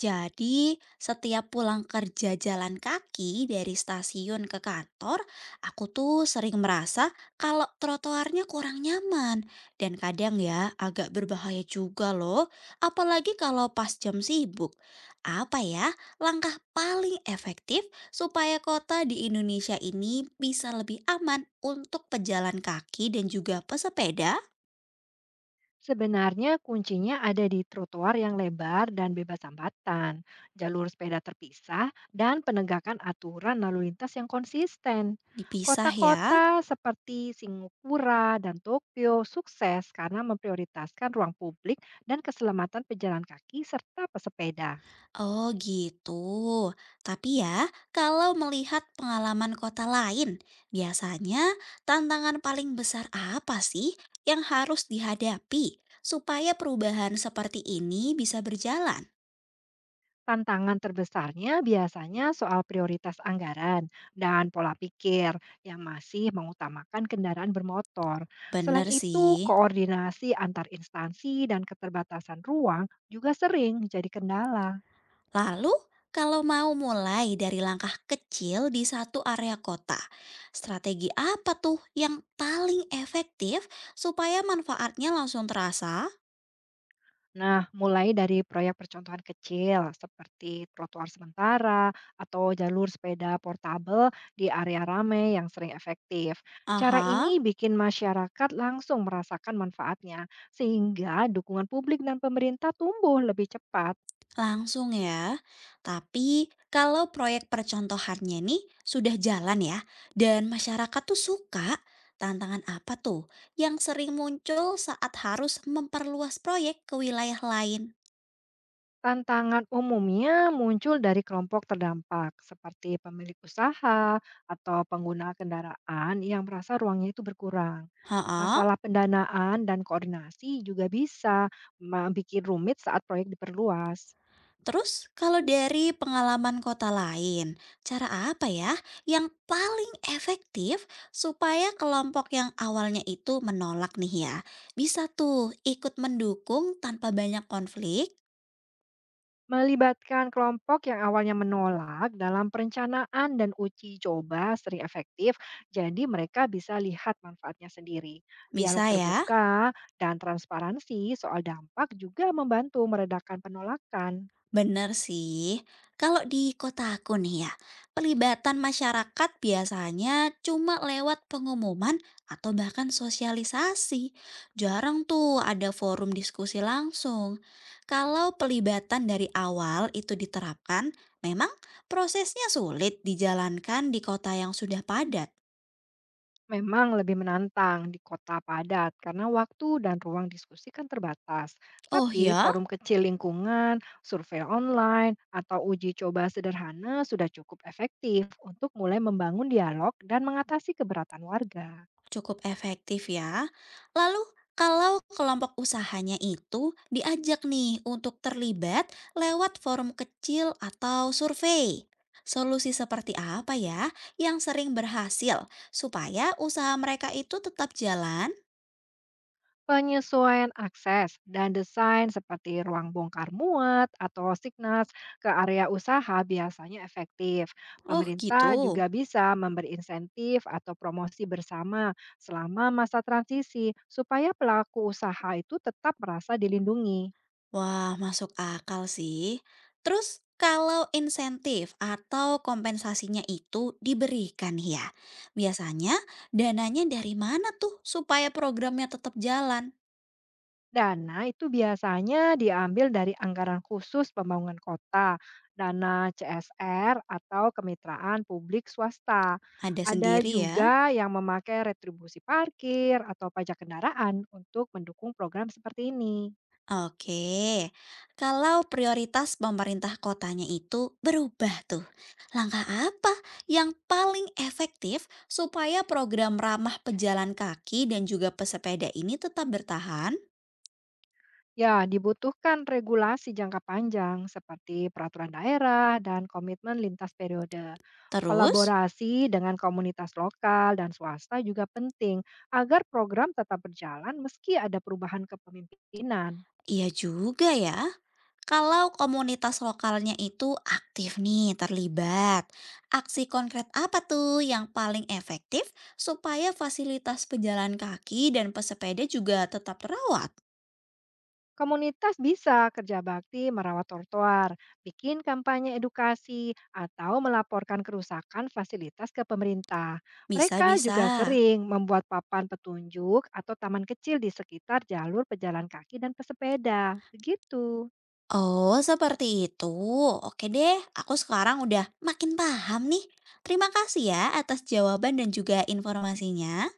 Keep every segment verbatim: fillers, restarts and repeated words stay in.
Jadi, setiap pulang kerja jalan kaki dari stasiun ke kantor, aku tuh sering merasa kalau trotoarnya kurang nyaman. Dan kadang ya agak berbahaya juga loh, apalagi kalau pas jam sibuk. Apa ya langkah paling efektif supaya kota di Indonesia ini bisa lebih aman untuk pejalan kaki dan juga pesepeda? Sebenarnya kuncinya ada di trotoar yang lebar dan bebas hambatan, jalur sepeda terpisah, dan penegakan aturan lalu lintas yang konsisten. Dipisah ya. Kota-kota seperti Singapura dan Tokyo sukses karena memprioritaskan ruang publik dan keselamatan pejalan kaki serta pesepeda. Oh gitu. Tapi ya, kalau melihat pengalaman kota lain, biasanya tantangan paling besar apa sih yang harus dihadapi supaya perubahan seperti ini bisa berjalan? Tantangan terbesarnya biasanya soal prioritas anggaran dan pola pikir yang masih mengutamakan kendaraan bermotor. Selain Bener itu, sih. koordinasi antar instansi dan keterbatasan ruang juga sering jadi kendala. Lalu, kalau mau mulai dari langkah kecil di satu area kota, strategi apa tuh yang paling efektif supaya manfaatnya langsung terasa? Nah, mulai dari proyek percontohan kecil seperti trotoar sementara atau jalur sepeda portabel di area ramai yang sering efektif. Cara Aha. ini bikin masyarakat langsung merasakan manfaatnya, sehingga dukungan publik dan pemerintah tumbuh lebih cepat. Langsung ya. Tapi kalau proyek percontohannya nih sudah jalan ya dan masyarakat tuh suka, tantangan apa tuh yang sering muncul saat harus memperluas proyek ke wilayah lain? Tantangan umumnya muncul dari kelompok terdampak, seperti pemilik usaha atau pengguna kendaraan yang merasa ruangnya itu berkurang. Heeh. Masalah pendanaan dan koordinasi juga bisa membuat rumit saat proyek diperluas. Terus kalau dari pengalaman kota lain, cara apa ya yang paling efektif supaya kelompok yang awalnya itu menolak nih ya, bisa tuh ikut mendukung tanpa banyak konflik? Melibatkan kelompok yang awalnya menolak dalam perencanaan dan uji coba sering efektif, jadi mereka bisa lihat manfaatnya sendiri. Dialog Bisa ya? terbuka dan transparansi soal dampak juga membantu meredakan penolakan. Bener sih. Kalau di kota aku nih ya, pelibatan masyarakat biasanya cuma lewat pengumuman atau bahkan sosialisasi. Jarang tuh ada forum diskusi langsung. Kalau pelibatan dari awal itu diterapkan, memang prosesnya sulit dijalankan di kota yang sudah padat. Memang lebih menantang di kota padat karena waktu dan ruang diskusi kan terbatas. Oh Tapi ya? forum kecil lingkungan, survei online, atau uji coba sederhana sudah cukup efektif untuk mulai membangun dialog dan mengatasi keberatan warga. Cukup efektif ya. Lalu kalau kelompok usahanya itu diajak nih untuk terlibat lewat forum kecil atau survei. Solusi seperti apa ya yang sering berhasil supaya usaha mereka itu tetap jalan? Penyesuaian akses dan desain seperti ruang bongkar muat atau signas ke area usaha biasanya efektif. Oh Pemerintah gitu. juga bisa memberi insentif atau promosi bersama selama masa transisi supaya pelaku usaha itu tetap merasa dilindungi. Wah, masuk akal sih. Terus kalau insentif atau kompensasinya itu diberikan ya, biasanya dananya dari mana tuh supaya programnya tetap jalan? Dana itu biasanya diambil dari anggaran khusus pembangunan kota, dana C S R atau kemitraan publik swasta. Ada Ada sendiri ya? juga yang memakai retribusi parkir atau pajak kendaraan untuk mendukung program seperti ini. Oke, kalau prioritas pemerintah kotanya itu berubah tuh, langkah apa yang paling efektif supaya program ramah pejalan kaki dan juga pesepeda ini tetap bertahan? Ya, dibutuhkan regulasi jangka panjang seperti peraturan daerah dan komitmen lintas periode. Terus? Kolaborasi dengan komunitas lokal dan swasta juga penting agar program tetap berjalan meski ada perubahan kepemimpinan. Iya juga ya. Kalau komunitas lokalnya itu aktif nih terlibat, aksi konkret apa tuh yang paling efektif supaya fasilitas pejalan kaki dan pesepeda juga tetap terawat? Komunitas bisa kerja bakti merawat trotoar, bikin kampanye edukasi, atau melaporkan kerusakan fasilitas ke pemerintah. Mereka Bisa-bisa. juga sering membuat papan petunjuk atau taman kecil di sekitar jalur pejalan kaki dan pesepeda. Begitu. Oh, seperti itu. Oke deh, aku sekarang udah makin paham nih. Terima kasih ya atas jawaban dan juga informasinya.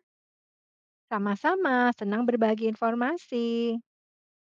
Sama-sama, senang berbagi informasi.